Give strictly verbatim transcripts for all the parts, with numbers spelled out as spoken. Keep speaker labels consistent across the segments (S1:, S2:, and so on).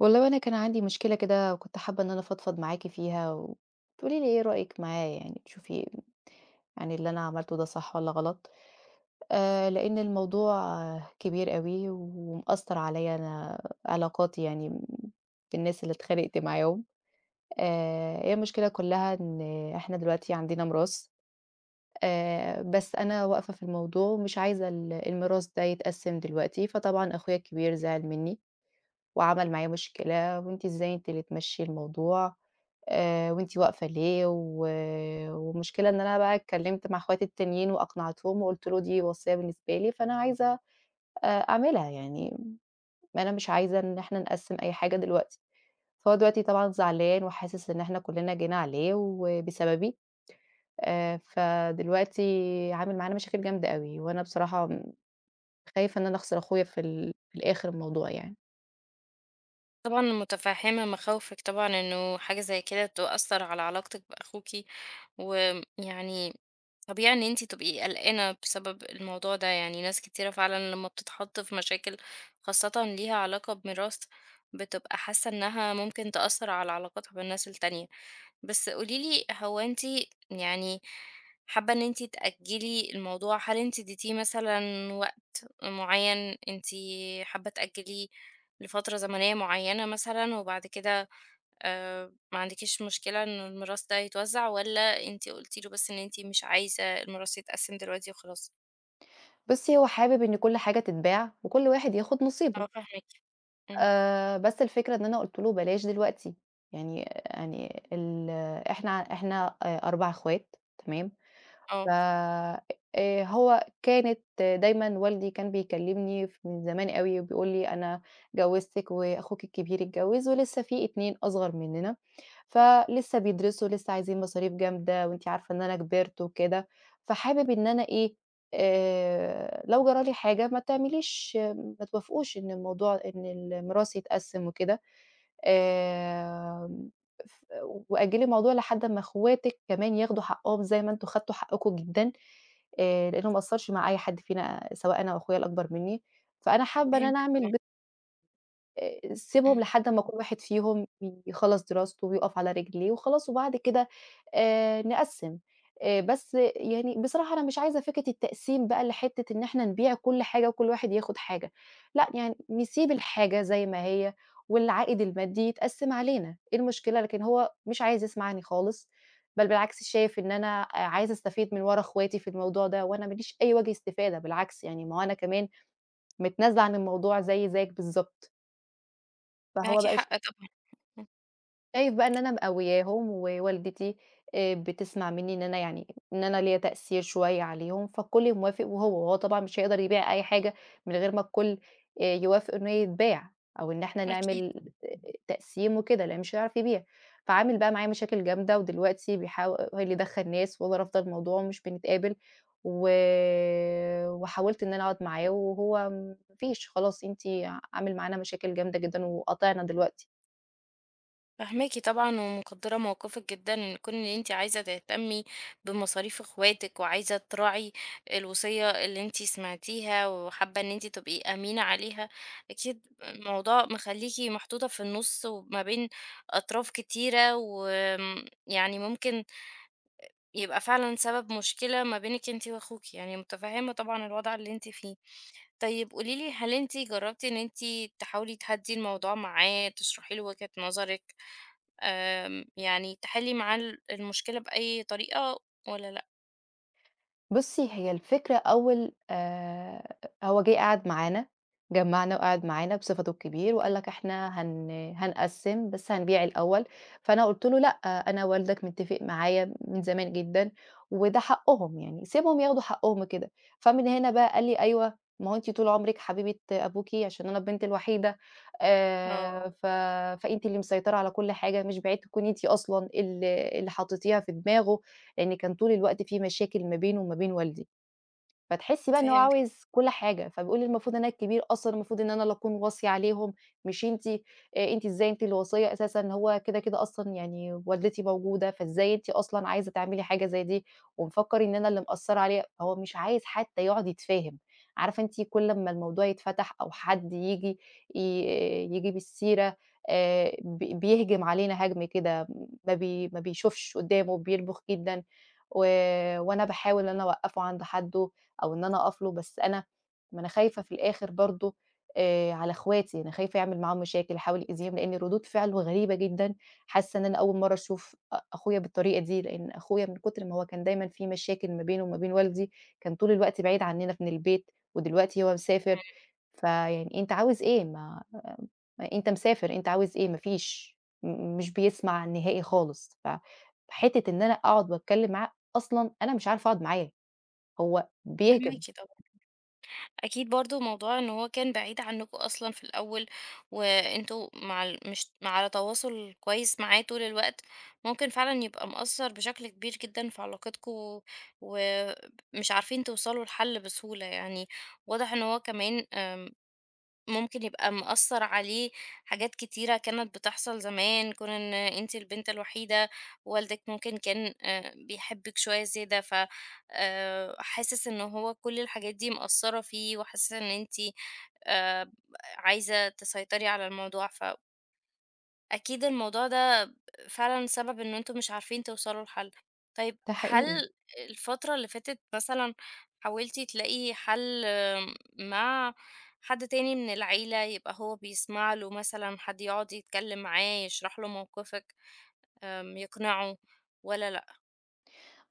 S1: والله وأنا كان عندي مشكلة كده وكنت حابة إن أنا أفضفض معاكِ فيها وتقولي لي إيه رأيِك معايا يعني تشوفي يعني اللي أنا عملته ده صح والّا غلط. آآ لإن الموضوع آه، كبير أوي ومأثّر عليّا أنا علاقاتي يعني م بالناس اللي اتخانقت معاهم. آآ هي المشكلة كلّها إن إحنا دلوقتي عندنا ميراث. آآ بس أنا واقفة في الموضوع ومش عايزة ال الميراث ده يتقسّم دلوقتي، فطبعًا أخويا الكبير زعل منّي وعمل معايا مشكلة، وأنتِ إزاي أنتِ اللي تمشّي الموضوع، آآ وأنتِ واقفة ليه، و والمشكلة إن أنا بقى اتكلّمت مع اخواتي التانيين وأقنعتهم وقُلت له دي وصيّة بالنسبة لي، فأنا عايزة أ أعملها يعني. أنا مش عايزة إن إحنا نقسّم أي حاجة دلوقتي، فهو دلوقتي طبعًا زعلان وحاسس إن إحنا كُلّنا جينا عليه وبسببي. آآ فدلوقتي عامل معانا مشاكل جامدة أوي، وأنا بصراحة خايفة إن أنا أخسر أخويا في ال في الآخر الموضوع يعني.
S2: طبعًا متفهمة مخاوفِك طبعًا إنه حاجة زي كده تؤثر على علاقتِك بأخوكِ، ويعني طبيعي إن أنتِ تبقي قلقانة بسبب الموضوع ده، يعني ناس كتيرة فعلًا لما بتتحط في مشاكل خاصةً ليها علاقة بميراث، بتبقى حاسة إنها ممكن تأثر على علاقتها بالناس التانية. بس قولي لي هو أنتِ يعني حابة إن أنتِ تأجلي الموضوع؟ هل أنتِ اديتيه مثلًا وقت معين أنتِ حابة تأجليه؟ لفترة زمنية معينة مثلًا، وبعد كده آآ ما عندكيش مشكلة إنه الميراث ده يتوزّع، والّا أنتِ قلتِ له بس إن أنتِ مش عايزة الميراث يتقسّم دلوقتي وخلاص؟
S1: بُصّي، هو حابب إن كل حاجة تتباع وكل واحد ياخد نصيبه.
S2: آه، فاهماكِ. إمم.
S1: آآ، بس الفكرة إن أنا قُلت له بلاش دلوقتي. يعني يعني ال إحنا إحنا آآ، أربع أخوات تمام. ف
S2: آه.
S1: آآ هو كانت دايمًا والدي كان بيكلّمني ف من زمان أوي وبيقول لي: "أنا جوّزتِك وأخوك الكبير اتجوّز ولسه في اتنين أصغر مننا، فلسه بيدرسوا لسه عايزين مصاريف جامدة وأنتِ عارفة إن أنا كبرت وكده، فحابب إن أنا إيه، آآ لو جرى لي حاجة ما تعمليش ما توافقوش إن الموضوع إن الميراث يتقسّم وكده." آمم، ف وأجّلي الموضوع لحد أمّا أخواتِك كمان ياخدوا حقّهم زي ما أنتم خدتوا حقّكم جدًا. آآ لإنه ما قصّرش مع أي حد فينا سواء أنا وأخويا الأكبر منّي، فأنا حابّة إن أنا
S2: فهمتِك طبعًا.
S1: أعمل آآ سيبهم
S2: إمم.
S1: لحد أمّا كل واحد فيهم يخلّص دراسته ويُقف على رجليه وخلاص وبعد كده آآ نقسّم. آآ بس يعني بصراحة أنا مش عايزة فكرة التقسيم بقى لحتّة إن إحنا نبيع كل حاجة وكل واحد ياخد حاجة، لأ يعني نسيب الحاجة زي ما هي والعائد المادي يتقسّم علينا، إيه المشكلة؟ لكن هو مش عايز يسمعني خالص، بل بالعكس شايف إن أنا عايزة أستفيد من ورا أخواتي في الموضوع ده وأنا ما ليش أي وجه استفادة، بالعكس يعني ما هو أنا كمان متنازلة عن الموضوع زيي زيك بالضبط. فهو
S2: معاكِ
S1: بقى ش
S2: حق طبعًا. إمم.
S1: شايف بقى إن أنا مقوياهم، ووالدتي آآ بتسمع مني إن أنا يعني إن أنا ليّا تأثير شوية عليهم، فالكل موافق وهو، وهو طبعًا مش هيقدر يبيع أي حاجة من غير ما الكل آآ يوافق إنه هي تتباع، أو إن إحنا
S2: أكيد.
S1: نعمل آه، تقسيم وكده، لإن مش هيعرف يبيع. فعامل بقى معايا مشاكل جامدة، ودلوقتي بيحاول يدخّل ناس وأنا رافضة الموضوع ومش بنتقابل. و وحاولت إن أنا أقعد معاه وهو ما فيش خلاص أنتِ عامل معانا مشاكل جامدة جدًا وقاطعنا دلوقتي.
S2: فاهماكِ طبعًا ومقدّرة موقفِك جدًا، إن كون إن أنتِ عايزة تهتمي بمصاريف أخواتِك وعايزة تراعي الوصية اللي أنتِ سمعتيها وحابة إن أنتِ تبقي أمينة عليها، أكيد الموضوع مخلّيكِ محطوطة في النُص وما بين أطراف كتيرة وآمم، يعني ممكن يبقى فعلًا سبب مشكلة ما بينِك أنتِ وأخوكِ، يعني متفهّمة طبعًا الوضع اللي أنتِ فيه. طيب قولي لي هل أنتِ جرّبتِ إن أنتِ تحاولي تهدّي الموضوع معاه، تشرحي له وجهة نظرِك؟ آمم، يعني تحلّي معاه ال المشكلة بأي طريقة والّا لأ؟
S1: بُصّي، هي الفكرة أول آآ هو جِه قعد معانا، جمّعنا وقعد معانا بصفته الكبير وقال لك: "إحنا هن هنقسّم، بس هنبيع الأول." فأنا قُلت له: "لأ، أنا والدك متّفق معايا من زمان جدًا وده حقّهم يعني، سيبهم ياخدوا حقّهم كده." فمن هنا بقى قال لي: "أيوه، ما هو أنتِ طول عمرِك حبيبة أبوكِ عشان أنا البنت الوحيدة،
S2: آه،
S1: آآ ف فأنتِ اللي مسيطرة على كل حاجة، مش بعيد تكوني أنتِ أصلًا ال اللي حطّيتيها في دماغه." لإن كان طول الوقت في مشاكل ما بينه وما بين والدي. فتحسّي بقى إن هو
S2: فهمتِك.
S1: عاوز كل حاجة، فبيقول لي: "المفروض أنا الكبير أصلًا، المفروض إن أنا اللي أكون واصي عليهم مش أنتِ. آآ أنتِ إزاي أنتِ اللي واصية أساسًا، هو كده، كده أصلًا يعني والدتي موجودة، فإزاي أنتِ أصلًا عايزة تعملي حاجة زي دي؟" ومفكّر إن أنا اللي مقصّرة عليه، هو مش عايز حتى يقعد يتفاهم. عارفة أنتِ كل أمّا الموضوع يتفتح أو حد ييجي ي ييجي بالسيرة آآ ب بيهجم علينا هجم كده، ما بي ما بيشوفش قدّامه، بيلبخ جدًا و وأنا باحاول إن أنا أوقّفه عند حدّه. أو إن أنا أقف له، بس أنا ما أنا خايفة في الآخر برضه آآ على إخواتي. أنا خايفة يعمل معاهم مشاكل، يحاول يأذيهم، لإن ردود فعله غريبة جدًا. حاسة إن أنا أول مرّة أشوف أ أخويا بالطريقة دي، لإن أخويا من كتر ما هو كان دايمًا في مشاكل ما بينه وما بين والدي، كان طول الوقت بعيد عننا من البيت، ودلوقتي هو مسافر.
S2: إمم.
S1: فيعني أنت عاوز إيه؟ ما ما أنت مسافر، أنت عاوز إيه؟ ما فيش، م مش بيسمع نهائي خالص. فحتة إن أنا أقعد وأتكلم معاه، أصلًا أنا مش عارفة أقعد معاه، هو بيهجم.
S2: فاهماكِ طبعًا. أكيد برضه موضوع إن هو كان بعيد عنكم أصلًا في الأول، وأنتم مع ال مش مع على تواصل كويس معاه طول الوقت، ممكن فعلًا يبقى مأثّر بشكل كبير جدًا في علاقتكم، ومش عارفين توصلوا لحل بسهولة يعني. واضح إن هو كمان آمم ممكن يبقى مأثّر عليه حاجات كتيرة كانت بتحصل زمان، كون إن أنتِ البنت الوحيدة، والدِك ممكن كان آآ بيحبِّك شوية زيادة، ف آآ حاسس إن هو كل الحاجات دي مأثّرة فيه، وحاسس إن أنتِ آآ عايزة تسيطري على الموضوع، ف أكيد الموضوع ده فعلًا سبب إن أنتم مش عارفين توصلوا لحل. طيب
S1: ده حقيقي.
S2: هل الفترة اللي فاتت مثلًا حاولتِ تلاقي حل آم، مع حد تاني من العيلة، يبقى هو بيسمع له مثلًا، حد يقعد يتكلم معاه، يشرح له موقفِك، آمم، يقنعه والّا لأ؟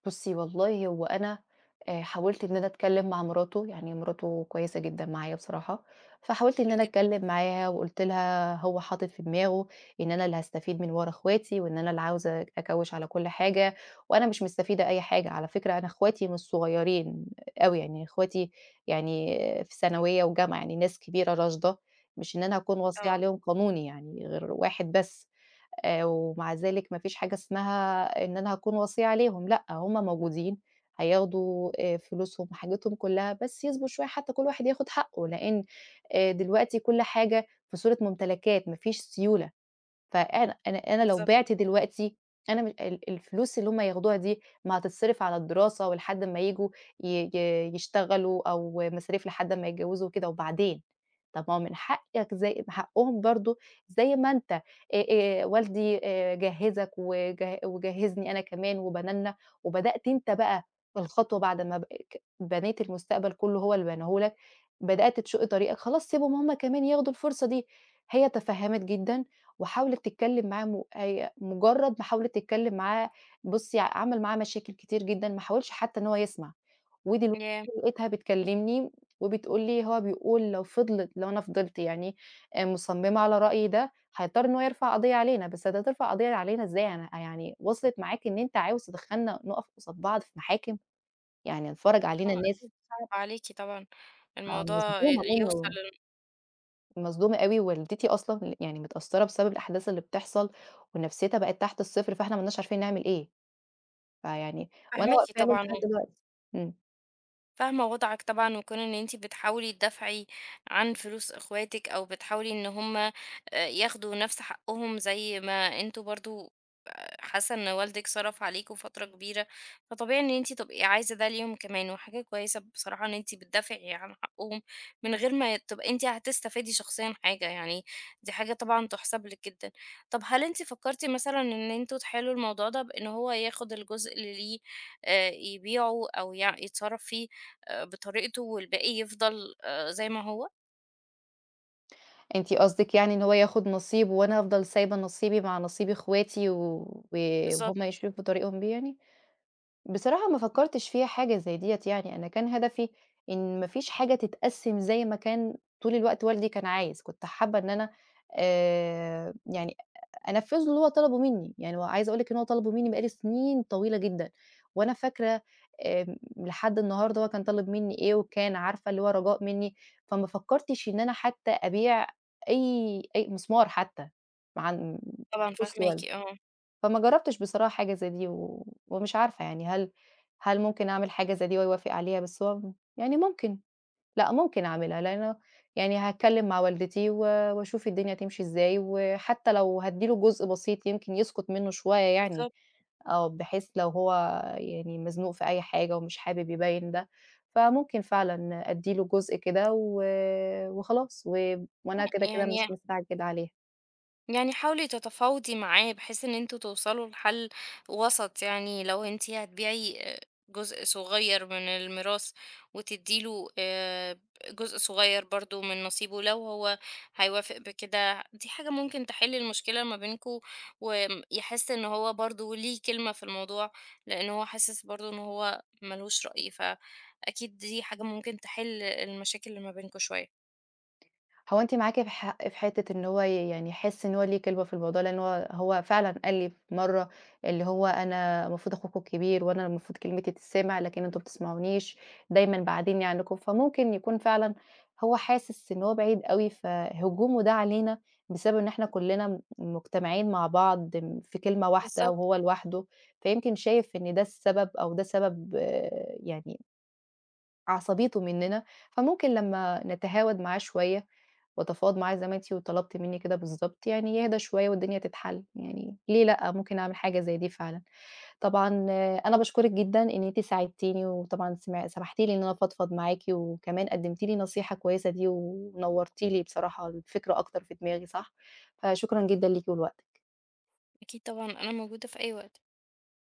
S1: بُصّي والله هو أنا آآ حاولت إن أنا أتكلّم مع مراته، يعني مراته كويسة جدًا معايا بصراحة. فحاولت إن
S2: حلو
S1: أنا
S2: جدًا.
S1: أتكلّم معاها وقُلت لها هو حاطط في دماغه إن أنا اللي هاستفيد من ورا أخواتي وإن أنا اللي عاوزة أكوّش على كل حاجة وأنا مش مستفيدة أي حاجة. على فكرة أنا أخواتي مش صغيّرين أوي، يعني أخواتي يعني في ثانوية وجامعة، يعني ناس كبيرة راشدة، مش إن أنا هاكون واصية
S2: آه.
S1: عليهم قانوني يعني غير واحد بس. آآ ومع ذلك ما فيش حاجة اسمها إن أنا هاكون وصيّة عليهم، لأ هُم موجودين، هياخدوا آآ فلوسهم، حاجتهم كلّها، بس يصبروا شوية حتّى كل واحد ياخد حقّه، لإن آآ دلوقتي كل حاجة في صورة ممتلكات، ما فيش سيولة. فأنا أنا أنا لو
S2: بالضبط.
S1: بعت دلوقتي أنا م ال الفلوس اللي هُم ياخدوها دي ما هتتصرف على الدراسة ولحد أمّا ييجوا ي ي يشتغلوا أو مصاريف لحد أمّا يتجوزوا وكده، وبعدين طب ما هو من حقك زي حقهم برضه زي ما أنت آآ آآ والدي آآ جهّزك وجه وجهّزني أنا كمان وبنَلنا، وبدأت أنت بقى الخطوة بعد ما ب ك بنيت المستقبل كلّه هو اللي بناه لك، بدأت تشق طريقك، خلاص سيبهم هُم كمان ياخدوا الفرصة دي. هي تفهّمت جدًا وحاولت تتكلم معاه م أي مجرد ما حاولت تتكلم معاه بُصّي عمل معاه مشاكل كتير جدًا، ما حاولش حتى إن هو يسمع. ودلوقتي
S2: ياه!
S1: لقيتها بتكلمني وبتقول لي هو بيقول لو فضلت لو أنا فضلت يعني آآ مصممة على رأيي ده، هيضطر إن هو يرفع قضية علينا. بس أنت هترفع قضية علينا إزاي أنا يعني وصلت معاك إن أنت عاوز تدخّلنا نُقف قصاد بعض في محاكم، يعني هتفرّج علينا
S2: آه،
S1: الناس.
S2: أكيد صعب عليكِ طبعًا الموضوع
S1: فمصدومة
S2: ي يوصل
S1: منه.
S2: ل...
S1: مصدومة أوي، والدتي أصلًا يعني متأثّرة بسبب الأحداث اللي بتحصل، ونفسيتها بقت تحت الصفر. فإحنا ما لناش عارفين نعمل إيه. فيعني وأنا
S2: فاهماكِ
S1: واقفة له
S2: طبعًا.
S1: لحد دلوقتي. إمم.
S2: فاهمة وضعك طبعًا، وكون إن أنتِ بتحاولي تدافعي عن فلوس إخواتِك، أو بتحاولي إن هُم آآ ياخدوا نفس حقهم زي ما أنتم برضه آآ حاسة إن والدِك صرف عليكم فترة كبيرة، فطبيعي إن أنتِ تبقي عايزة ده ليهم كمان، وحاجة كويسة بصراحة إن أنتِ بتدافعي عن حقهم من غير ما تبقي أنتِ هتستفادي شخصيًا حاجة، يعني دي حاجة طبعًا تُحسب لِك جدًا. طب هل أنتِ فكرتِ مثلًا إن أنتم تحلوا الموضوع ده بإن هو ياخد الجزء اللي ليه آآ يبيعه أو يع يتصرف فيه آآ بطريقته والباقي يفضل آآ زي ما هو؟
S1: أنتِ قصدِك يعني إن هو ياخد نصيب وأنا أفضل سايبة نصيبي مع نصيب إخواتي و وهُم
S2: بالضبط.
S1: يشرفوا طريقهم بيه يعني؟ بصراحة ما فكّرتش فيها حاجة زي ديّة يعني. أنا كان هدفي إن ما فيش حاجة تتقسّم زي ما كان طول الوقت والدي كان عايز، كنت حابة إن أنا آآ يعني أنفّذه اللي هو طلبه منّي. يعني هو عايزة أقول لِك إن هو طلبه منّي بقى لي سنين طويلة جدًا، وأنا فاكرة آمم لحد النهارده هو كان طالب منّي إيه، وكان عارفة اللي هو رجاء منّي. فما فكّرتش إن أنا حتى أبيع أي أي مسمار حتى عن
S2: طبعًا
S1: طقوس
S2: فاهماكِ.
S1: والدي.
S2: آه،
S1: فما جرّبتش بصراحة حاجة زي دي. و ومش عارفة يعني هل هل ممكن أعمل حاجة زي دي وهو يوافق عليها؟ بس هو يعني ممكن. لأ، ممكن أعملها، لأنه يعني هاتكلم مع والدتي و واشوف الدنيا تمشي إزاي، وحتى لو هادّي له جزء بسيط يمكن يسكت منّه شوية يعني.
S2: بالضبط.
S1: آه، بحيث لو هو يعني مزنوق في أي حاجة ومش حابب يبيّن ده، فممكن فعلًا أدّي له جزء كده و وخلاص، و وأنا
S2: آه،
S1: كده، كده مش
S2: يعني
S1: مستعجلة عليها.
S2: يعني حاولي تتفاوضي معاه بحيث ان انتوا توصلوا لحل وسط، يعني لو انتي هتبيعي آه، جزء صغير من الميراث وتديله آه، جزء صغير برضو من نصيبه لو هو هيوافق بكده، دي حاجة ممكن تحل المشكلة ما بينكوا ويحس ان هو برضو ليه كلمة في الموضوع، لان هو حاسس برضو ان هو ملوش رأي، فأكيد دي حاجة ممكن تحل المشاكل اللي ما بينكوا شوية.
S1: هو أنتِ معاكِ في ح في حتّة إن هو ي يعني يحس إن هو ليه كلمة في الموضوع، لإن هو هو فعلًا قال لي في مرّة اللي هو "أنا المفروض أخوكم الكبير وأنا المفروض كلمتي تتسمع، لكن أنتم ما بتسمعونيش، دايمًا بعدينّي عنّكم." فممكن يكون فعلًا هو حاسس إن هو بعيد أوي، فهجومه ده علينا بسبب إن إحنا كُلّنا م مجتمعين مع بعض م في كلمة واحدة
S2: بالظبط.
S1: وهو لوحده، فيمكن شايف إن ده السبب أو ده سبب آه، يعني عصبيته مننا. فممكن لمّا نتهاود معاه شوية وأتفاوض معاه زي ما أنتِ وطلبتِ منّي كده بالضبط، يعني يهدى شوية والدنيا تتحل، يعني ليه لأ، ممكن أعمل حاجة زي دي فعلًا. طبعًا آه، أنا باشكرِك جدًا إن أنتِ ساعدتيني وطبعًا سمع سمحتِ لي إن أنا أفضفض معاكِ وكمان قدّمتِ لي النصيحة الكويسة دي ونوّرتِ لي بصراحة الفكرة أكتر في دماغي صح. فشكرًا جدًا ليكِ ولوقتِك.
S2: أكيد طبعا أنا موجودة في أي وقت